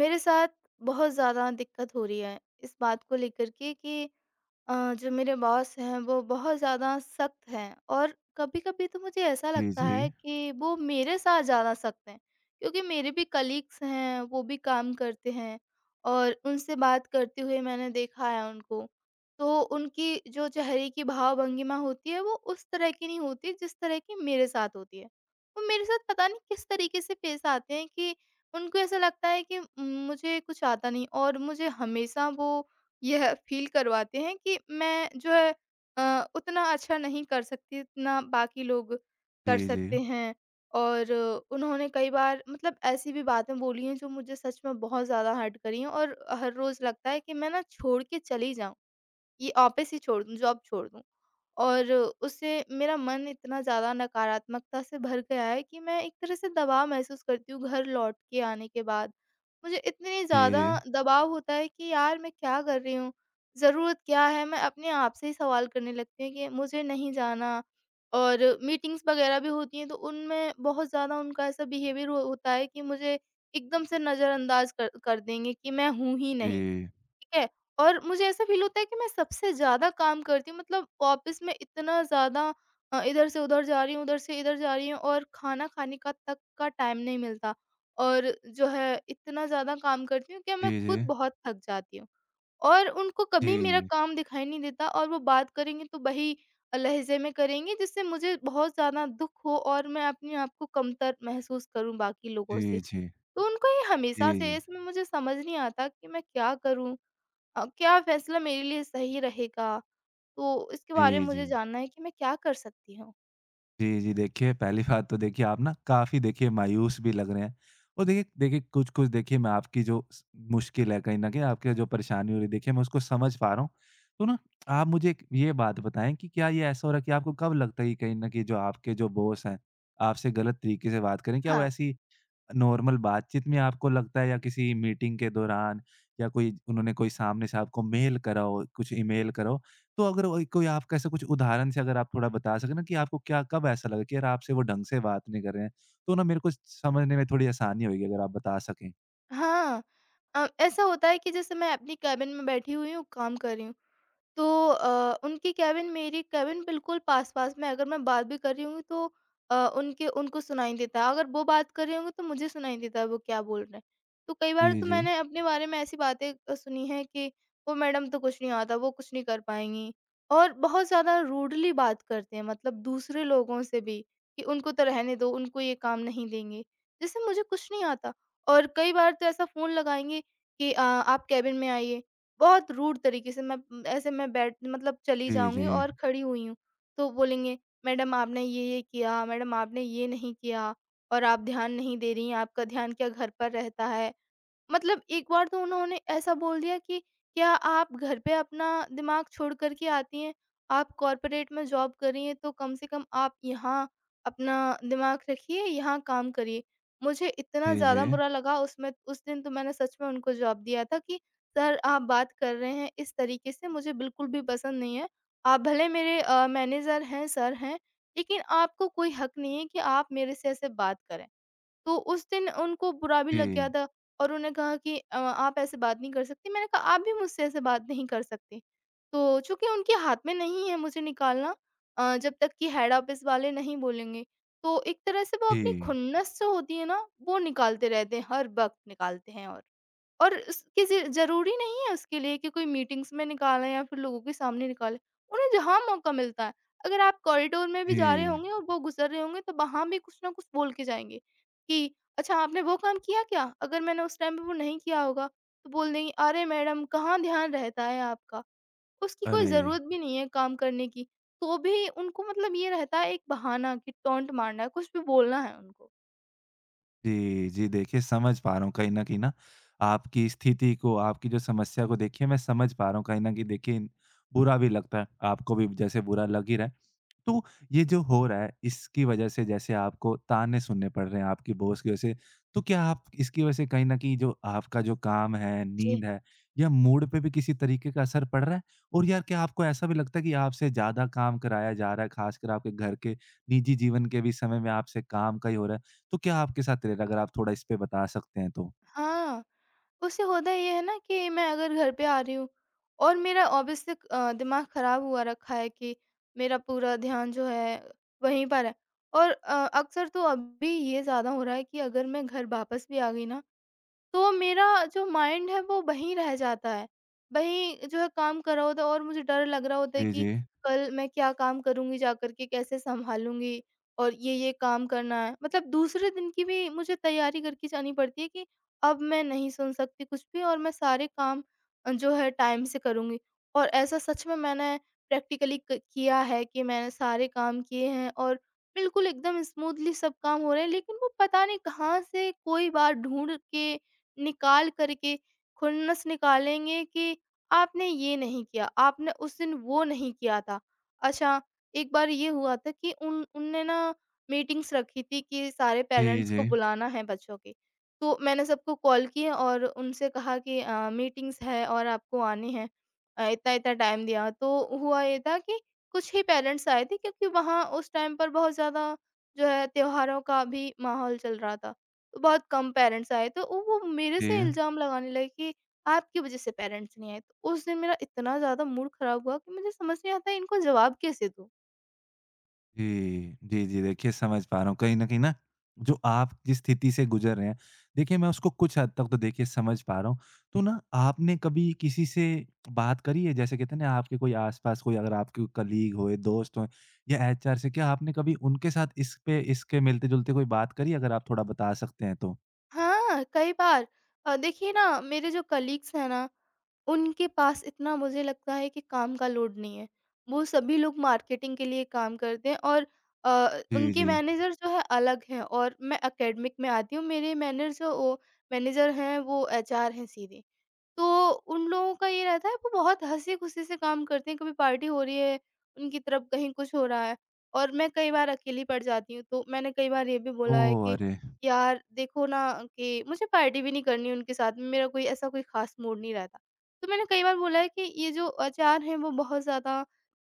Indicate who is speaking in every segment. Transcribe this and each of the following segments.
Speaker 1: मेरे साथ बहुत ज़्यादा दिक्कत हो रही है इस बात को लेकर के कि जो मेरे बॉस हैं वो बहुत ज़्यादा सख्त हैं और कभी-कभी तो मुझे ऐसा
Speaker 2: जी,
Speaker 1: लगता
Speaker 2: जी।
Speaker 1: है कि वो मेरे साथ ज़्यादा सख्त हैं, क्योंकि मेरे भी कलीग्स हैं, वो भी काम करते हैं और उनसे बात करते हुए मैंने देखा है उनको। तो उनकी जो चेहरे की भाव-भंगिमा होती है वो उस तरह की नहीं होती जिस तरह की मेरे साथ होती है। वो मेरे साथ पता नहीं किस तरीके से पेश आते हैं कि उनको ऐसा लगता है कि मुझे कुछ आता नहीं, और मुझे हमेशा वो यह फ़ील करवाते हैं कि मैं जो है उतना अच्छा नहीं कर सकती जितना बाकी लोग
Speaker 2: जी,
Speaker 1: कर
Speaker 2: जी।
Speaker 1: सकते हैं। और उन्होंने कई बार मतलब ऐसी भी बातें बोली हैं जो मुझे सच में बहुत ज़्यादा हर्ट करी हैं, और हर रोज़ लगता है कि मैं ना छोड़ के चली जाऊँ। ये ऑफिस ही छोड़ दूँ, जॉब छोड़ दूँ। और उससे मेरा मन इतना ज़्यादा नकारात्मकता से भर गया है कि मैं एक तरह से दबाव महसूस करती हूँ घर लौट के आने के बाद। मुझे इतनी
Speaker 2: जी,
Speaker 1: ज़्यादा
Speaker 2: जी।
Speaker 1: दबाव होता है कि यार मैं क्या कर रही हूँ? ज़रूरत क्या है? मैं अपने आप से ही सवाल करने लगती हूँ कि मुझे नहीं जाना। और मीटिंग्स वगैरह भी होती हैं तो उनमें बहुत ज़्यादा उनका ऐसा बिहेवियर हो होता है कि मुझे एकदम से नज़रअंदाज कर कर देंगे कि मैं हूँ ही नहीं। ठीक है? और मुझे ऐसा फ़ील होता है कि मैं सबसे ज़्यादा काम करती हूँ, मतलब ऑफ़िस में इतना ज़्यादा इधर से उधर जा रही हूँ, उधर से इधर जा रही हूँ और खाना खाने का तक का टाइम नहीं मिलता। और जो है इतना ज़्यादा काम करती हूँ कि मैं
Speaker 2: जी,
Speaker 1: खुद
Speaker 2: जी।
Speaker 1: बहुत थक जाती हूँ, और उनको
Speaker 2: जी,
Speaker 1: कभी मेरा
Speaker 2: जी।
Speaker 1: काम दिखाई नहीं देता और वो बात करेंगे तो वही लहज़े में करेंगे जिससे मुझे बहुत ज़्यादा दुःख हो और मैं अपने आप को कमतर महसूस करूँ बाकी लोगों से।
Speaker 2: जी, जी।
Speaker 1: तो उनको ये
Speaker 2: जी,
Speaker 1: हमेशा से
Speaker 2: जी।
Speaker 1: है, इसमें मुझे समझ नहीं आता कि मैं क्या करूँ? क्या फ़ैसला मेरे लिए सही रहेगा? तो इसके बारे
Speaker 2: जी,
Speaker 1: में
Speaker 2: जी।
Speaker 1: मुझे जानना है कि मैं क्या कर सकती हूँ?
Speaker 2: जी, जी। देखिए, पहली बात तो देखिए आप ना काफ़ी देखिए मायूस भी लग रहे हैं और देखिए देखिए कुछ-कुछ देखिए मैं आपकी जो स मुश्किल है कहीं न कहीं आपकी जो परेशानी हो रही है देखिए मैं उसको समझ पा रहा हूँ। तो ना आप मुझे एक ये बात बताएँ कि क्या ये ऐसा हो रहा है कि आपको कब लगता है कि कहीं न कहीं जो आपके जो बॉस हैं, आपसे गलत तरीके से बात करें? क्या वो
Speaker 1: हाँ।
Speaker 2: ऐसी नॉर्मल बातचीत में आपको लगता है या किसी मीटिंग के दौरान या कोई उन्होंने कोई सामने से आपको मेल करा हो, कुछ ईमेल करा हो, तो अगर वही कोई आपका ऐसा कुछ उदाहरण से अगर आप थोड़ा बता सकें ना कि आपको क्या कब ऐसा लगा कि यार आपसे वो ढंग से बात नहीं कर रहे हैं, तो ना मेरे को समझने में थोड़ी आसानी होएगी अगर आप बता सकें?
Speaker 1: हाँ, ऐसा होता है कि जैसे मैं अपनी केबिन में बैठी हुई हूँ, काम कर रही हूँ। तो उनकी केबिन मेरी केबिन बिल्कुल पास-पास में है। अगर मैं बात भी कर रही होंगी तो अ, उनके उनको सुनाई देता है। अगर वो बात कर रहे होंगे तो मुझे सुनाई देता है वो क्या बोल रहे हैं। तो कई बार
Speaker 2: जी,
Speaker 1: तो
Speaker 2: जी।
Speaker 1: मैंने अपने बारे में ऐसी बातें सुनी हैं कि वो मैडम तो कुछ नहीं आता, वो कुछ नहीं कर पाएँगी। और बहुत ज़्यादा रूडली बात करते हैं, मतलब दूसरे लोगों से भी कि उनको तो रहने दो, उनको ये काम नहीं देंगे। जैसे मुझे कुछ नहीं आता। और कई बार तो ऐसा फ़ोन लगाएँगे कि आप केबिन में आइए। बहुत रूड तरीके से मैं, ऐसे मैं बैठ मतलब चली
Speaker 2: जी,
Speaker 1: जाऊँगी
Speaker 2: जी।
Speaker 1: और खड़ी हुई हूँ, तो बोलेंगे, "मैडम आपने ये-ये किया, मैडम आपने ये नहीं किया और आप ध्यान नहीं दे रही हैं, आपका ध्यान क्या घर पर रहता है?" मतलब एक बार तो उन्होंने ऐसा बोल दिया कि क्या आप घर पे अपना दिमाग छोड़ कर के आती हैं? आप कॉर्पोरेट में जॉब कर रही हैं तो कम से कम आप यहाँ अपना दिमाग रखिए, यहाँ काम करिए। मुझे इतना
Speaker 2: जी, जी।
Speaker 1: ज़्यादा बुरा लगा उसमें उस दिन तो मैंने सच में उनको जवाब दिया था कि सर, आप बात कर रहे हैं इस तरीके से मुझे बिल्कुल भी पसंद नहीं है। आप भले मेरे मैनेजर हैं, सर हैं, लेकिन आपको कोई हक नहीं है कि आप मेरे से ऐसे बात करें। तो उस दिन उनको बुरा भी लग गया
Speaker 2: जी।
Speaker 1: था, और उन्होंने कहा कि आप ऐसे बात नहीं कर सकती। मैंने कहा आप भी मुझसे ऐसे बात नहीं कर सकते। तो चूँकि उनके हाथ में नहीं है मुझे निकालना, जब तक कि हेड ऑफ़िस वाले नहीं बोलेंगे। तो एक तरह से वो अपनी
Speaker 2: जी।
Speaker 1: खुन्नस जो होती है ना, वो निकालते रहते हैं, हर वक़्त निकालते हैं। और उस किसी ज़रूरी नहीं है उसके लिए कि कोई मीटिंग्स में निकालें या फिर लोगों के सामने निकालें। उन्हें जहाँ मौका मिलता है, अगर आप कॉरिडोर में भी जा रहे
Speaker 2: जी।
Speaker 1: होंगे और वो गुज़र रहे होंगे, तो वहाँ भी कुछ ना कुछ बोल के जाएँगे कि, "अच्छा, आपने वो काम किया क्या?" अगर मैंने उस टाइम पे वो नहीं किया होगा, तो बोल देंगी, "अरे मैडम, कहाँ ध्यान रहता है आपका?" उसकी कोई
Speaker 2: अरे!
Speaker 1: ज़रूरत भी नहीं है काम करने की, तो भी उनको मतलब ये रहता है एक बहाना कि टॉन्ट मारना है, कुछ भी बोलना है उनको।
Speaker 2: जी, जी। देखिए समझ पा रहा हूँ कहीं न कहीं ना आपकी स्थिति को, आपकी जो समस्या को देखिए मैं समझ पा रहा हूँ। कहीं न कहीं देखिए बुरा भी लगता है, आपको भी जैसे बुरा लग ही रहा है। तो ये जो हो रहा है इसकी वजह से जैसे आपको ताने सुनने पड़ रहे हैं आपके बॉस की वजह से, तो क्या आप इसकी वजह से कहीं न कहीं जो आपका जो काम है,
Speaker 1: जी।
Speaker 2: नींद है या मूड पे भी किसी तरीके का असर पड़ रहा है? और यार क्या आपको ऐसा भी लगता है कि आपसे ज़्यादा काम कराया जा रहा है, ख़ासकर आपके घर के निजी जीवन के भी समय में आपसे काम का ही हो रहा है? तो क्या आपके साथ रह रहा है? अगर आप थोड़ा इस पे बता सकते हैं तो?
Speaker 1: हाँ। उससे होता ये है ना कि मैं अगर घर पे आ रही हूँ और मेरा ऑब्वियस से दिमाग खराब हुआ रखा है कि मेरा पूरा ध्यान जो है वहीं पर है। और अक्सर तो अभी ये ज़्यादा हो रहा है कि अगर मैं घर वापस भी आ गई ना, तो मेरा जो माइंड है वो वहीं रह जाता है। वहीं जो है काम कर रहा होता है और मुझे डर लग रहा होता है
Speaker 2: जी,
Speaker 1: कि
Speaker 2: जी।
Speaker 1: कल मैं क्या काम करूँगी जा कर के, कैसे सँभालूँगी और ये-ये काम करना है। मतलब दूसरे दिन की भी मुझे तैयारी करके जानी पड़ती है कि अब मैं नहीं सुन सकती कुछ भी, और मैं सारे काम जो है टाइम से करूँगी। और ऐसा सच में मैंने प्रैक्टिकली क किया है कि मैंने सारे काम किए हैं, और बिल्कुल एकदम स्मूथली सब काम हो रहे हैं। लेकिन वो पता नहीं कहाँ से कोई बात ढूँढ़ के निकाल कर के खुन्नस निकालेंगे कि आपने ये नहीं किया, आपने उस दिन वो नहीं किया था। अच्छा, एक बार ये हुआ था कि उन उनने ना मीटिंग्स रखी थी कि सारे
Speaker 2: जी,
Speaker 1: पेरेंट्स
Speaker 2: जी।
Speaker 1: को बुलाना है बच्चों के। तो मैंने सबको कॉल किए और उनसे कहा कि मीटिंग्स है और आपको आने हैं, इतना-इतना टाइम दिया। तो हुआ ये था कि कुछ ही पेरेंट्स आए थे क्योंकि वहाँ उस टाइम पर बहुत ज़्यादा जो है त्योहारों का भी माहौल चल रहा था। बहुत कम पेरेंट्स आए, तो वो मेरे से
Speaker 2: जी।
Speaker 1: इल्ज़ाम लगाने लगे कि आपकी वज़ह से पेरेंट्स नहीं आए। तो उस दिन मेरा इतना ज़्यादा मूड ख़राब हुआ कि मुझे समझ नहीं आता इनको जवाब कैसे दूँ?
Speaker 2: जी, जी, जी। देखिए समझ पा रहा हूँ। कहीं न कहीं ना जो आप जिस स्थिति से गुज़र रहे हैं, देखिए मैं उसको कुछ हद तक तो देखिए समझ पा रहा हूँ। तो ना आपने कभी किसी से बात करी है? जैसे कहते हैं ना आपके कोई आस-पास कोई अगर आपके कलीग होए, दोस्त हों या एचआर से क्या आपने कभी उनके साथ इस पे इसके मिलते-जुलते कोई बात करी? अगर आप थोड़ा बता सकते हैं तो?
Speaker 1: हाँ, कई बार। देखिए ना, मेरे जो कलीग्स हैं ना, उनके पास इतना मुझे लगता है कि काम का लोड नहीं है। वो सभी लोग मार्केटिंग के लिए काम करते हैं और
Speaker 2: जी,
Speaker 1: उनके
Speaker 2: जी।
Speaker 1: मैनेजर जो है अलग हैं, और मैं एकेडमिक में आती हूँ। मेरे मैनेजर जो वो मैनेजर हैं वो एचआर हैं सीधे। तो उन लोगों का ये रहता है वो बहुत हँसी-खुशी से काम करते हैं, कभी पार्टी हो रही है, उनकी तरफ कहीं कुछ हो रहा है और मैं कई बार अकेली पड़ जाती हूँ। तो मैंने कई बार ये भी बोला है
Speaker 2: ओह!
Speaker 1: कि
Speaker 2: अरे!
Speaker 1: यार देखो ना कि मुझे पार्टी भी नहीं करनी उनके साथ में, मेरा कोई ऐसा कोई ख़ास मूड नहीं रहता। तो मैंने कई बार बोला है कि ये जो आचार हैं वो बहुत ज़्यादा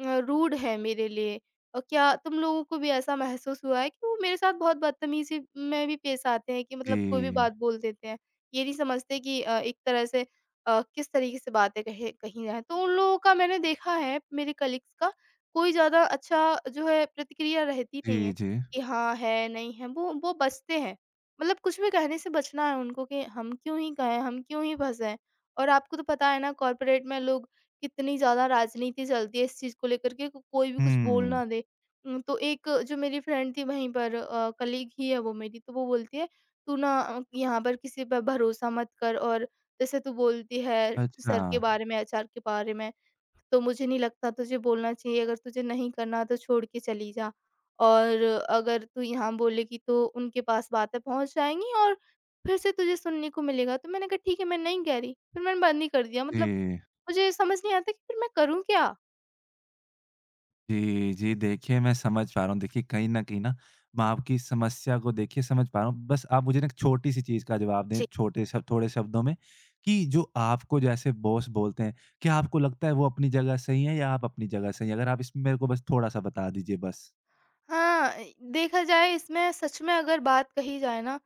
Speaker 1: रूड है मेरे लिए, और क्या तुम लोगों को भी ऐसा महसूस हुआ है कि वो मेरे साथ बहुत बदतमीज़ी में भी पेश आते हैं कि मतलब कोई भी
Speaker 2: जी।
Speaker 1: बात बोल देते हैं। ये नहीं समझते कि एक तरह से किस तरीके से बातें कहे कही जाएँ। तो उन लोगों का मैंने देखा है मेरे कलीग्स का, कोई ज़्यादा अच्छा जो है प्रतिक्रिया रहती नहीं है
Speaker 2: जी, जी।
Speaker 1: कि हाँ है, नहीं है, वो बचते हैं। मतलब कुछ भी कहने से बचना है उनको कि हम क्यों ही कहें, हम क्यों ही फँसें। और आपको तो पता है ना कॉर्पोरेट में लोग कितनी ज़्यादा राजनीति चलती है इस चीज़ को लेकर के, कोई भी कुछ बोल
Speaker 2: हुँ।
Speaker 1: ना दे। तो एक जो मेरी फ्रेंड थी वहीं पर कलीग ही है वो मेरी, तो वो बोलती है, तू ना यहाँ पर किसी पर भरोसा मत कर, और जैसे तू बोलती है
Speaker 2: अच्छा।
Speaker 1: सर के बारे में, एचआर के बारे में, तो मुझे नहीं लगता तुझे बोलना चाहिए। अगर तुझे नहीं करना तो छोड़ के चली जा। और अगर तू यहाँ बोलेगी तो उनके पास बातें पहुंच जाएंगी और फिर से तुझे सुनने को मिलेगा। तो मैंने कहा ठीक है मैं नहीं कह रही, फिर मैंने बंद ही कर दिया, मतलब
Speaker 2: जी।
Speaker 1: मुझे समझ नहीं आता कि फिर मैं करूँ क्या?
Speaker 2: जी, जी। देखिए, मैं समझ पा रहा हूँ। देखिए, कहीं न कहीं ना मैं आपकी समस्या को देखिए समझ पा रहा हूँ। बस आप मुझे ना एक छोटी-सी चीज़ का जवाब दें
Speaker 1: जी।
Speaker 2: छोटे शब्द थोड़े शब्दों में कि जो आपको जैसे बॉस बोलते हैं, क्या आपको लगता है वो अपनी जगह सही है या आप अपनी जगह सही हैं? अगर आप इसमें मेरे को बस थोड़ा-सा बता दीजिए बस।
Speaker 1: हाँ, देखा जाए इसमें, सच में अगर बात कही जाए ना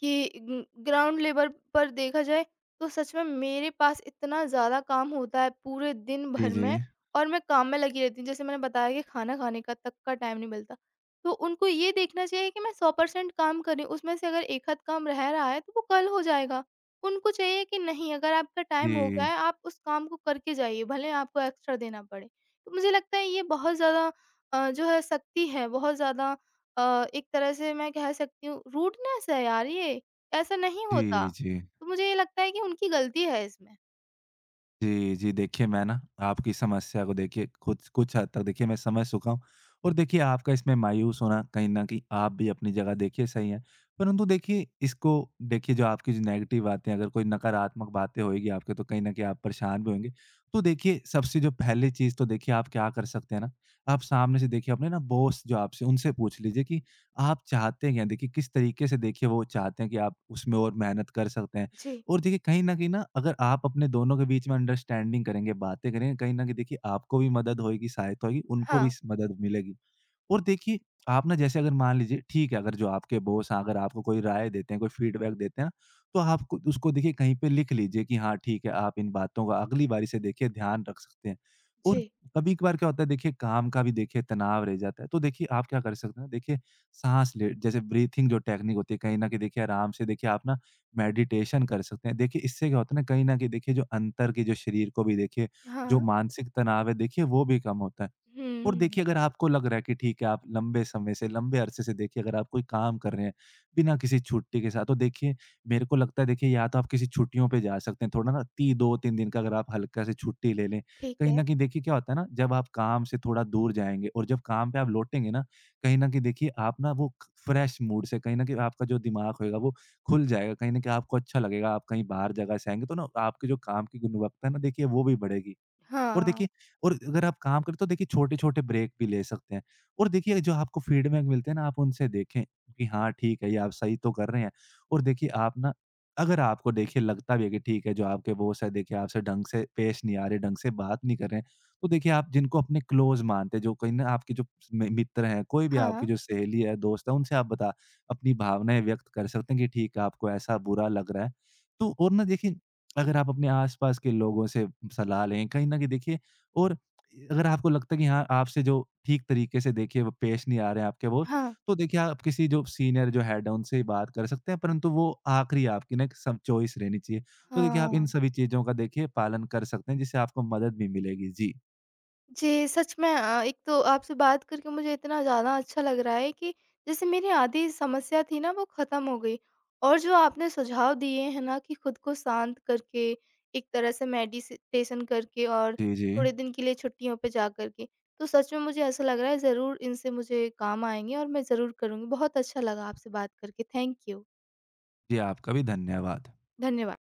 Speaker 1: कि ग ग्राउंड लेवल पर देखा जाए, तो सच में मेरे पास इतना ज़्यादा काम होता है पूरे दिन
Speaker 2: जी,
Speaker 1: भर
Speaker 2: जी।
Speaker 1: में, और मैं काम में लगी रहती हूँ। जैसे मैंने बताया कि खाना खाने का तक का टाइम नहीं मिलता। तो उनको ये देखना चाहिए कि मैं 100% काम कर रही हूँ, उसमें से अगर एक आध काम रह रहा है तो वो कल हो जाएगा। उनको चाहिए कि नहीं, अगर आपका टाइम हो गया
Speaker 2: जी।
Speaker 1: है आप उस काम को करके जाइए, भले आपको एक्स्ट्रा देना पड़े। तो मुझे लगता है ये बहुत ज़्यादा जो है सकती है बहुत ज़्यादा एक तरह से मैं कह सकती हूँ रूडनेस है यार ये, ऐसा नहीं होता।
Speaker 2: जी, जी।
Speaker 1: तो मुझे ये लगता है कि उनकी गलती है इसमें।
Speaker 2: जी, जी। देखिए, मैं ना आपकी समस्या को देखिए कुछ कुछ हद तक देखिए मैं समझ चुका हूँ और देखिए आपका इसमें मायूस होना कहीं न कहीं आप भी अपनी जगह देखिए सही है। परंतु देखिए इसको देखिए जो आपकी जो नेगेटिव बातें अगर कोई नकारात्मक बातें होएगी आपके तो कहीं न कहीं आप परेशान भी होंगे। तो देखिए सबसे जो पहली चीज़ तो देखिए आप क्या कर सकते हैं ना, आप सामने से देखिए अपने ना बॉस जो आपसे उनसे पूछ लीजिए कि आप चाहते क्या हैं? देखिए किस तरीके से देखिए वो चाहते हैं कि आप उसमें और मेहनत कर सकते हैं?
Speaker 1: जी।
Speaker 2: और देखिए कहीं न कहीं ना अगर आप अपने दोनों के बीच में अंडरस्टैंडिंग करेंगे, बातें करेंगे, कहीं न कहीं देखिए आपको भी मदद होएगी, सहायता होएगी, उनको
Speaker 1: हाँ।
Speaker 2: भी स मदद मिलेगी। और देखिए, आप ना जैसे अगर मान लीजिए ठीक है, अगर जो आपके बॉस हैं, अगर आपको कोई राय देते हैं, कोई फीडबैक देते हैं, तो आप कु उसको देखिए कहीं पे लिख लीजिए कि हाँ, ठीक है, आप इन बातों का अगली बारी से देखिए ध्यान रख सकते हैं। और
Speaker 1: जी।
Speaker 2: कभी-कभार क्या होता है देखिए काम का भी देखिए तनाव रह जाता है, तो देखिए आप क्या कर सकते हैं ना, देखिए साँस ले जैसे ब्रीथिंग जो टेक्निक होती है, कहीं न कहीं देखिए आराम से देखिए आप ना मेडिटेशन कर सकते हैं। देखिए इससे क्या होता है ना, कहीं न कहीं देखिए जो अंतर के जो शरीर को भी देखिए, जो
Speaker 1: हाँ।
Speaker 2: मानसिक तनाव है देखिए वो भी कम होता है।
Speaker 1: हुँ, हुँ,
Speaker 2: और
Speaker 1: हुँ।
Speaker 2: देखिए अगर आपको लग रहा है कि ठीक है आप लंबे समय से, लंबे अरसे से देखिए अगर आप कोई काम कर रहे हैं, बिना किसी छुट्टी के साथ तो देखिए मेरे को लगता है देखिए या तो आप किसी छुट्टियों पे जा सकते हैं, थोड़ा ना ती 2-3 दिन का अगर आप हल्का से छुट्टी ले लें।
Speaker 1: ठीक
Speaker 2: कहीं
Speaker 1: है।
Speaker 2: न कहीं देखिए क्या होता है ना जब आप काम से थोड़ा दूर जाएँगे और जब काम पे आप लौटेंगे ना, कहीं न कहीं देखिए आप ना वो क फ्रेश मूड से कहीं न कहीं आपका जो दिमाग होएगा वो खुल जाएगा, कहीं न कहीं आपको अच्छा लगेगा, आप कहीं बाहर जगह से आएँगे तो ना आपके जो काम की गुणवत्ता है ना देखिए वो भी बढ़ेगी। और
Speaker 1: हाँ,
Speaker 2: देखिए और अगर आप काम करें तो देखिए छोटे-छोटे ब्रेक भी ले सकते हैं। और देखिए जो आपको फीडबैक मिलते हैं ना आप उनसे देखें कि हाँ, ठीक है, ये आप सही तो कर रहे हैं। और देखिए आप ना अगर आपको देखिए लगता भी है कि ठीक है, जो आपके बॉस है देखिए आपसे ढंग से पेश नहीं आ रहे, ढंग से बात नहीं कर रहे हैं, तो देखिए आप जिनको अपने क्लोज़ मानते हैं, जो कहीं ना आपके जो मि मित्र हैं, कोई भी
Speaker 1: हाँ,
Speaker 2: आपकी जो सहेली है, दोस्त है, उनसे आप बता अपनी भावनाएँ व्यक्त कर सकते हैं कि ठीक है, आपको ऐसा बुरा लग रहा है। तो और ना देखिए अगर आप अपने आस-पास के लोगों से सलाह लें, कहीं न कहीं देखिए और अगर आपको लगता है कि हाँ, आपसे जो ठीक तरीके से देखिए वो पेश नहीं आ रहे हैं आपके वो,
Speaker 1: हाँ,
Speaker 2: तो देखिए आप किसी जो सीनियर जो हेड है उनसे ही बात कर सकते हैं, परंतु वो आखिरी आपकी ना एक सब चॉइस रहनी चाहिए। तो देखिए आप
Speaker 1: हाँ।
Speaker 2: इन सभी चीज़ों का देखिए पालन कर सकते हैं, जिससे आपको मदद भी मिलेगी। जी।
Speaker 1: जी, सच में एक तो आपसे बात करके मुझे इतना ज़्यादा अच्छा लग रहा है कि जैसे मेरी आधी समस्या थी ना वो ख़त्म हो गई। और जो आपने सुझाव दिए हैं ना कि खुद को शांत करके, एक तरह से मेडिसिटेशन करके और
Speaker 2: जी, जी।
Speaker 1: थोड़े दिन के लिए छुट्टियों पे जा कर के, तो सच में मुझे ऐसा लग रहा है ज़रूर इनसे मुझे काम आएँगे और मैं ज़रूर करूँगी। बहुत अच्छा लगा आपसे बात करके, थैंक यू।
Speaker 2: जी, आपका भी धन्यवाद।
Speaker 1: धन्यवाद।